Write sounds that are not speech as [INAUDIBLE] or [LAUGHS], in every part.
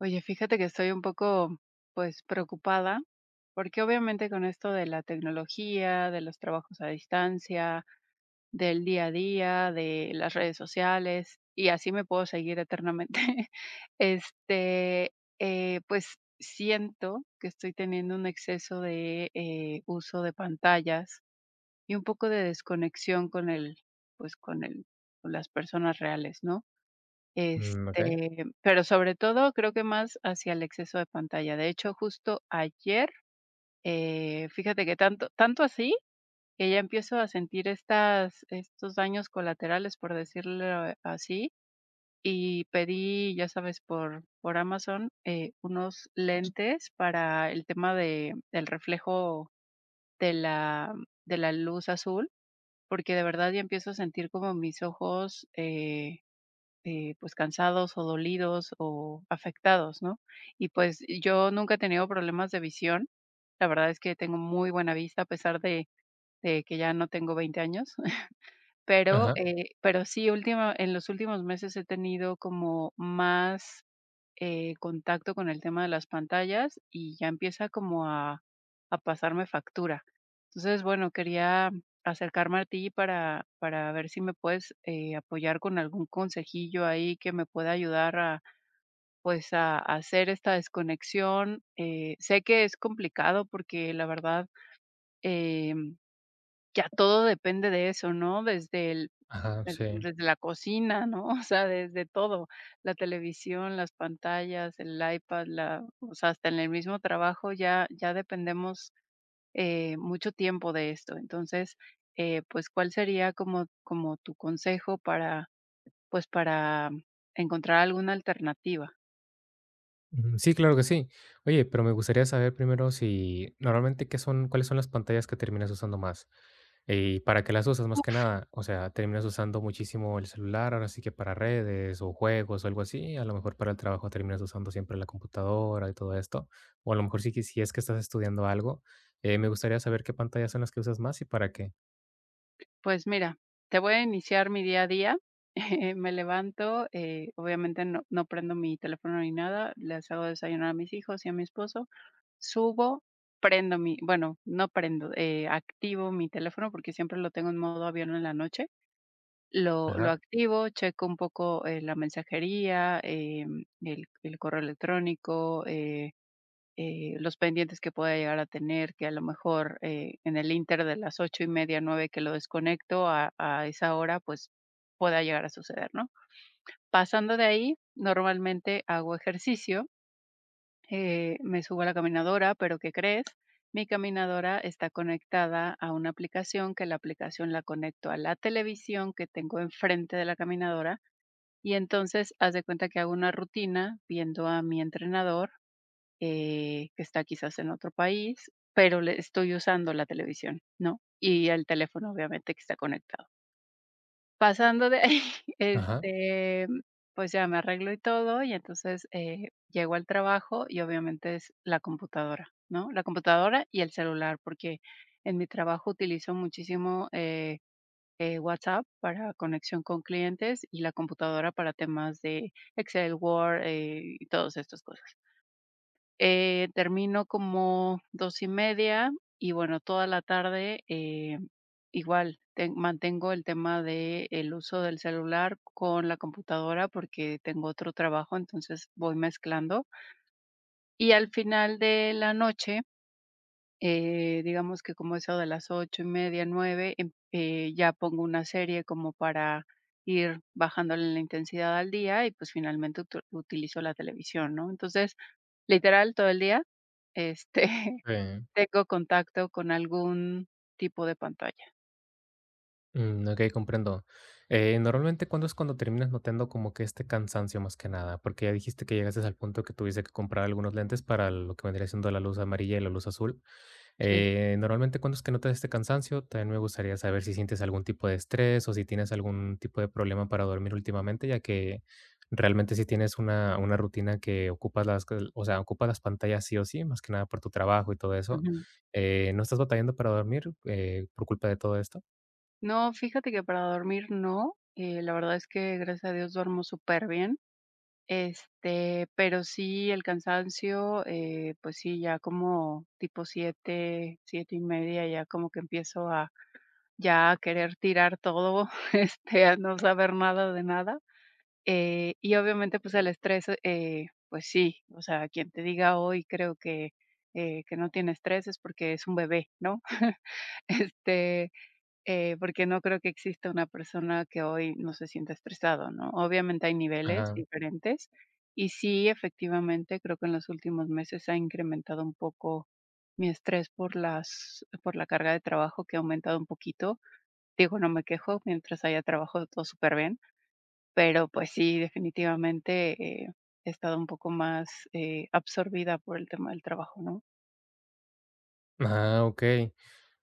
Oye, fíjate que estoy un poco, pues, preocupada, porque obviamente con esto de la tecnología, de los trabajos a distancia, del día a día, de las redes sociales, y así me puedo seguir eternamente, [LAUGHS] este, pues siento que estoy teniendo un exceso de uso de pantallas y un poco de desconexión con el, pues, con el, con las personas reales, ¿no? Mm, okey. Este, pero sobre todo, creo que más hacia el exceso de pantalla. De hecho, justo ayer, fíjate que tanto así, que ya empiezo a sentir estas estos daños colaterales, por decirlo así, y pedí, ya sabes, por Amazon, unos lentes para el tema de del reflejo de la de la luz azul, porque de verdad ya empiezo a sentir como mis ojos, pues, cansados o dolidos o afectados, ¿no? Y, pues, yo nunca he tenido problemas de visión. La verdad es que tengo muy buena vista a pesar de que ya no tengo 20 años, [LAUGHS] Ajá, pero sí, última en los últimos meses he tenido como más contacto con el tema de las pantallas y ya empieza como a pasarme factura. Entonces, bueno, quería acercarme a ti para ver si me puedes apoyar con algún consejillo ahí que me pueda ayudar a, pues, a hacer esta desconexión. Sé que es complicado porque la verdad eh, ya todo depende de eso, ¿no? Desde el ajá, Des sí. desde la cocina, ¿no? [LAUGHS] O sea, desde todo, la televisión, las pantallas, el iPad, la o sea, hasta en el mismo trabajo ya dependemos, mucho tiempo de esto. Entonces, pues, ¿cuál sería como tu consejo para, pues, para encontrar alguna alternativa? Ujú. Sí, claro que sí. Oye, pero me gustaría saber primero si normalmente, ¿qué son cuáles son las pantallas que terminas usando más? ¿Y para qué las usas más que nada? O sea, ¿terminas usando muchísimo el celular, ahora sí que para redes o juegos o algo así? A lo mejor para el trabajo terminas usando siempre la computadora y todo esto, o a lo mejor sí que si es que estás estudiando algo, me gustaría saber qué pantallas son las que usas más y para qué. Pues mira, te voy a iniciar mi día a día, [LAUGHS] me levanto, obviamente no prendo mi teléfono ni nada, les hago desayunar a mis hijos y a mi esposo. Subo, prendo mi bueno, no prendo, activo mi teléfono, porque siempre lo tengo en modo avión en la noche. Lo Ajá, activo, checo un poco, la mensajería, el correo electrónico, los pendientes que pueda llegar a tener, que a lo mejor, en el inter de las ocho y media 9 que lo desconecto, a esa hora, pues, pueda llegar a suceder, ¿no? Pasando de ahí, normalmente hago ejercicio. Me subo a la caminadora, pero ¿qué crees? Mi caminadora está conectada a una aplicación, que la aplicación la conecto a la televisión que tengo enfrente de la caminadora y entonces haz de cuenta que hago una rutina viendo a mi entrenador, que está quizás en otro país, pero le estoy usando la televisión, ¿no? Y el teléfono obviamente que está conectado. Pasando de ahí, [LAUGHS] ajá, este, pues ya me arreglo y todo, y entonces, llego al trabajo y obviamente es la computadora, ¿no? La computadora y el celular, porque en mi trabajo utilizo muchísimo, WhatsApp para conexión con clientes y la computadora para temas de Excel, Word, y todas estas cosas. Termino como 2:30 y media y bueno, toda la tarde, igual, ten mantengo el tema de el uso del celular con la computadora porque tengo otro trabajo, entonces voy mezclando. Y al final de la noche digamos que como eso de las 8:30, 9, ya pongo una serie como para ir bajándole la intensidad al día y pues finalmente utilizo la televisión, ¿no? Entonces, literal, todo el día, este, [LAUGHS] sí. tengo contacto con algún tipo de pantalla. Mm, okey, comprendo. Normalmente, ¿cuándo es cuando terminas notando como que este cansancio más que nada? Porque ya dijiste que llegaste al punto que tuviste que comprar algunos lentes para lo que vendría siendo la luz amarilla y la luz azul. Sí. Normalmente, ¿cuándo es que notas este cansancio? También me gustaría saber si sientes algún tipo de estrés o si tienes algún tipo de problema para dormir últimamente, ya que realmente si tienes una rutina que ocupas las o sea, ocupas las pantallas sí o sí, más que nada por tu trabajo y todo eso. Ujú. ¿No estás batallando para dormir, por culpa de todo esto? No, fíjate que para dormir no. Eh, la verdad es que gracias a Dios duermo súper bien. Este, pero sí, el cansancio, pues sí, ya como tipo 7, 7 y media, ya como que empiezo a ya a querer tirar todo, [LAUGHS] este, a no saber nada de nada. Y obviamente, pues el estrés, pues sí, o sea, quien te diga hoy creo que no tiene estrés es porque es un bebé, ¿no? [LAUGHS] Este, porque no creo que exista una persona que hoy no se sienta estresado, ¿no? Obviamente hay niveles Ajá. diferentes y sí, efectivamente, creo que en los últimos meses ha incrementado un poco mi estrés por las, por la carga de trabajo que ha aumentado un poquito. Digo, no me quejo, mientras haya trabajo todo súper bien, pero pues sí, definitivamente he estado un poco más absorbida por el tema del trabajo, ¿no? Ah, okey.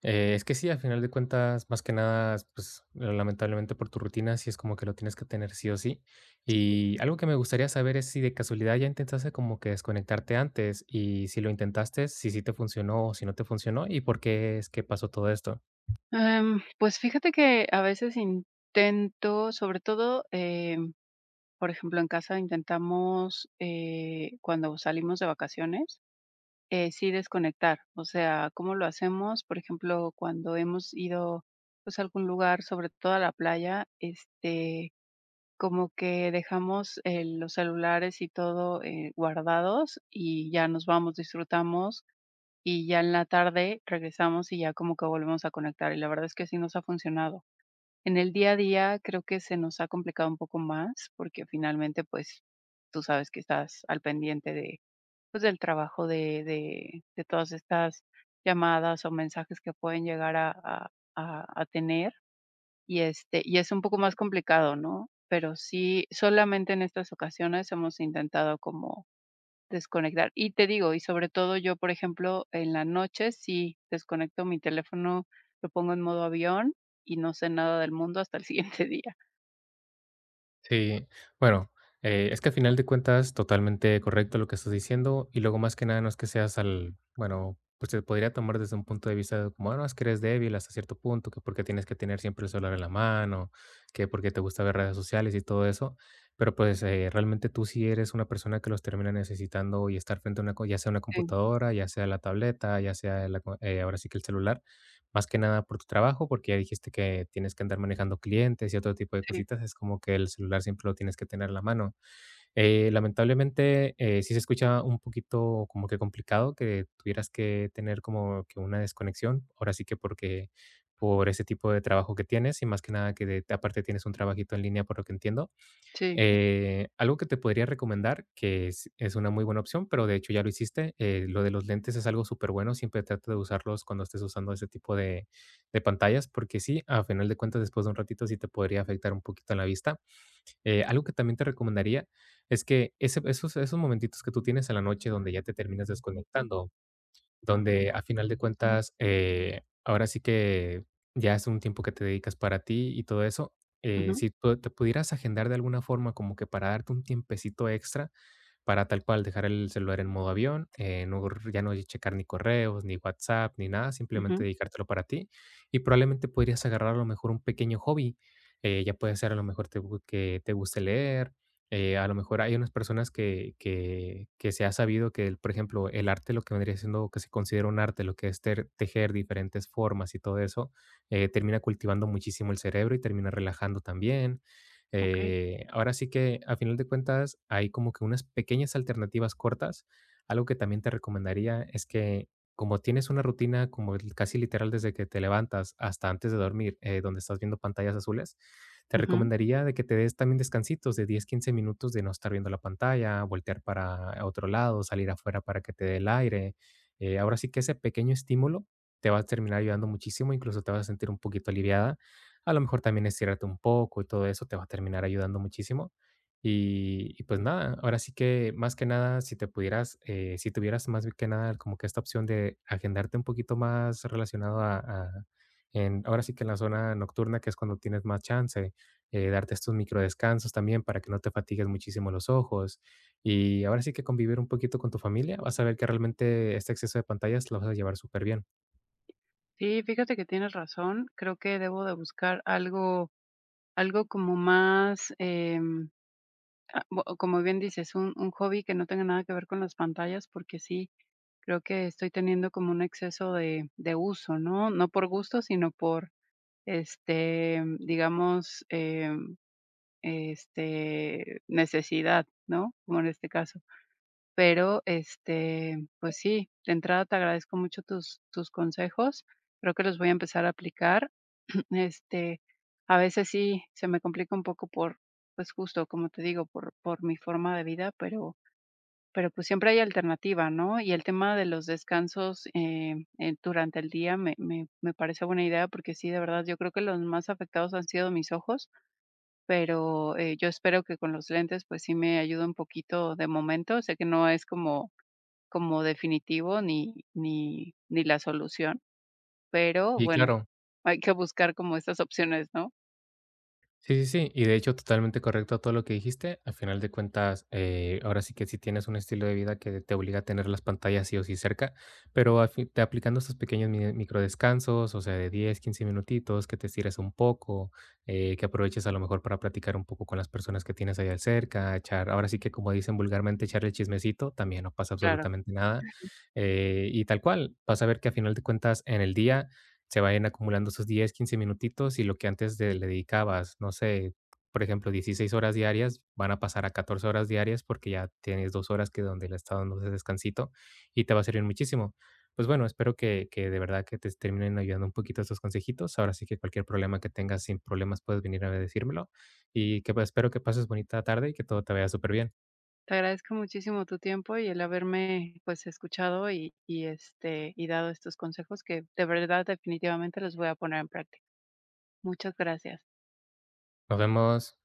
Es que sí, al final de cuentas, más que nada, pues, lamentablemente por tu rutina, sí es como que lo tienes que tener sí o sí. Y algo que me gustaría saber es si de casualidad ya intentaste como que desconectarte antes, y si lo intentaste, si sí te funcionó o si no te funcionó, y por qué es que pasó todo esto. Pues fíjate que a veces intento, sobre todo, por ejemplo, en casa intentamos, cuando salimos de vacaciones, sí desconectar. O sea, ¿cómo lo hacemos? Por ejemplo, cuando hemos ido, pues, a algún lugar, sobre todo a la playa, como que dejamos, los celulares y todo, guardados, y ya nos vamos, disfrutamos, y ya en la tarde regresamos y ya como que volvemos a conectar, y la verdad es que sí nos ha funcionado. En el día a día creo que se nos ha complicado un poco más porque finalmente, pues, tú sabes que estás al pendiente de, pues, del trabajo de todas estas llamadas o mensajes que pueden llegar a tener y, este, y es un poco más complicado, ¿no? Pero sí, solamente en estas ocasiones hemos intentado como desconectar. Y te digo, y sobre todo yo, por ejemplo, en la noche sí desconecto mi teléfono, lo pongo en modo avión y no sé nada del mundo hasta el [LAUGHS] siguiente día. Sí, bueno, es que al final de cuentas, totalmente correcto lo que estás diciendo, y luego más que nada no es que seas al, bueno, pues se podría tomar desde un punto de vista de como: "Ah, no, es que eres débil hasta cierto punto, que porque tienes que tener siempre el celular en la mano, que porque te gusta ver redes sociales y todo eso, pero pues realmente tú sí eres una persona que los termina necesitando y estar frente a una, co- ya sea una Sí, computadora, ya sea la tableta, ya sea la co- ahora sí que el celular. Más que nada por tu trabajo, porque ya dijiste que tienes que andar manejando clientes y otro tipo de sí, cositas, es como que el celular siempre lo tienes que tener a la mano. Lamentablemente, sí se escucha un poquito como que complicado que tuvieras que tener como que una desconexión, ahora sí que porque por ese tipo de trabajo que tienes y más que nada que de- aparte tienes un trabajito en línea por lo que entiendo. sí. Algo que te podría recomendar, que es una muy buena opción, pero de hecho ya lo hiciste, lo de los lentes es algo súper bueno, siempre trata de usarlos cuando estés usando ese tipo de pantallas, porque sí, a final de cuentas, después de un ratito sí te podría afectar un poquito en la vista. Algo que también te recomendaría es que ese- esos, esos momentitos que tú tienes en la noche donde ya te terminas desconectando donde a final de cuentas, ahora sí que ya es un tiempo que te dedicas para ti y todo eso. Ujú, Si tú te pudieras agendar de alguna forma como que para darte un tiempecito extra, para tal cual dejar el celular en modo avión, no, r- ya no checar ni correos, ni WhatsApp, ni nada, simplemente ujú, dedicártelo para ti. Y probablemente podrías agarrar a lo mejor un pequeño hobby. Ya puede ser a lo mejor te gu- que te guste leer. A lo mejor hay unas personas que se ha sabido que, el- por ejemplo, el arte, lo que vendría siendo, que se considera un arte, lo que es ter- tejer diferentes formas y todo eso, termina cultivando muchísimo el cerebro y termina relajando también. okey, Ahora sí que a final de cuentas hay como que unas pequeñas alternativas cortas. Algo que también te recomendaría es que como tienes una rutina como el- casi literal desde que te levantas hasta antes de dormir, donde estás viendo pantallas azules, te ujú. recomendaría de que te des también descansitos de 10, 15 minutos de no estar viendo la pantalla, voltear para otro lado, salir afuera para que te dé el aire. Ahora sí que ese pequeño estímulo te va a terminar ayudando muchísimo, incluso te vas a sentir un poquito aliviada a lo mejor también estirarte un poco y todo eso te va a terminar ayudando muchísimo. Y pues nada, ahora sí que más que nada, si te pudieras, si tuvieras más que nada como que esta opción de agendarte un poquito más relacionado a- en, ahora sí que en la zona nocturna, que es cuando tienes más chance, darte estos micro descansos también para que no te fatigues muchísimo los ojos. Y ahora sí que convivir un poquito con tu familia, vas a ver que realmente este exceso de pantallas lo vas a llevar súper bien. Sí, fíjate que tienes razón. Creo que debo de buscar algo algo como más, ah, bo o como bien dices, un hobby que no tenga nada que ver con las pantallas, porque sí, creo que estoy teniendo como un exceso de uso, ¿no? No por gusto, sino por digamos, necesidad, ¿no? Como en este caso. Pero, pues sí, de entrada te agradezco mucho tus consejos. Creo que los voy a empezar a aplicar. [CLEARS THROAT] Este, a veces sí se me complica un poco por, pues, justo, como te digo, por mi forma de vida, pero, pues, siempre hay alternativa, ¿no? Y el tema de los descansos, durante el día me parece buena idea, porque sí, de verdad, yo creo que los más afectados han sido mis ojos, pero, yo espero que con los lentes, pues, sí me ayude un poquito de momento. Sé que no es como como definitivo ni la solución, pero Y bueno, claro. hay que buscar como estas opciones, ¿no? Sí, sí, sí. Y de hecho, totalmente correcto todo lo que dijiste. Al final de cuentas, ahora sí que si tienes un estilo de vida que te obliga a tener las pantallas sí o sí cerca, pero al fin- te aplicando estos pequeños mi- microdescansos, o sea, de 10 15 minutitos, que te estires un poco, que aproveches a lo mejor para platicar un poco con las personas que tienes ahí al cerca, echar, ahora sí que como dicen vulgarmente, echar el chismecito, también no pasa Claro. absolutamente nada. Y tal cual, vas a ver que a final de cuentas en el día se vayan acumulando esos 10 15 minutitos y lo que antes de- le dedicabas, no sé, por ejemplo, 16 horas diarias, van a pasar a 14 horas diarias porque ya tienes 2 horas que donde le está dando ese descansito y te va a servir muchísimo. Pues bueno, espero que de verdad que te terminen ayudando un poquito estos consejitos. Ahora sí que cualquier problema que tengas sin problemas puedes venir a decírmelo y que pues, espero que pases bonita tarde y que todo te vaya súper bien. Te agradezco muchísimo tu tiempo y el haberme, pues, escuchado y, este, y dado estos consejos que de verdad definitivamente los voy a poner en práctica. Muchas gracias. Nos vemos.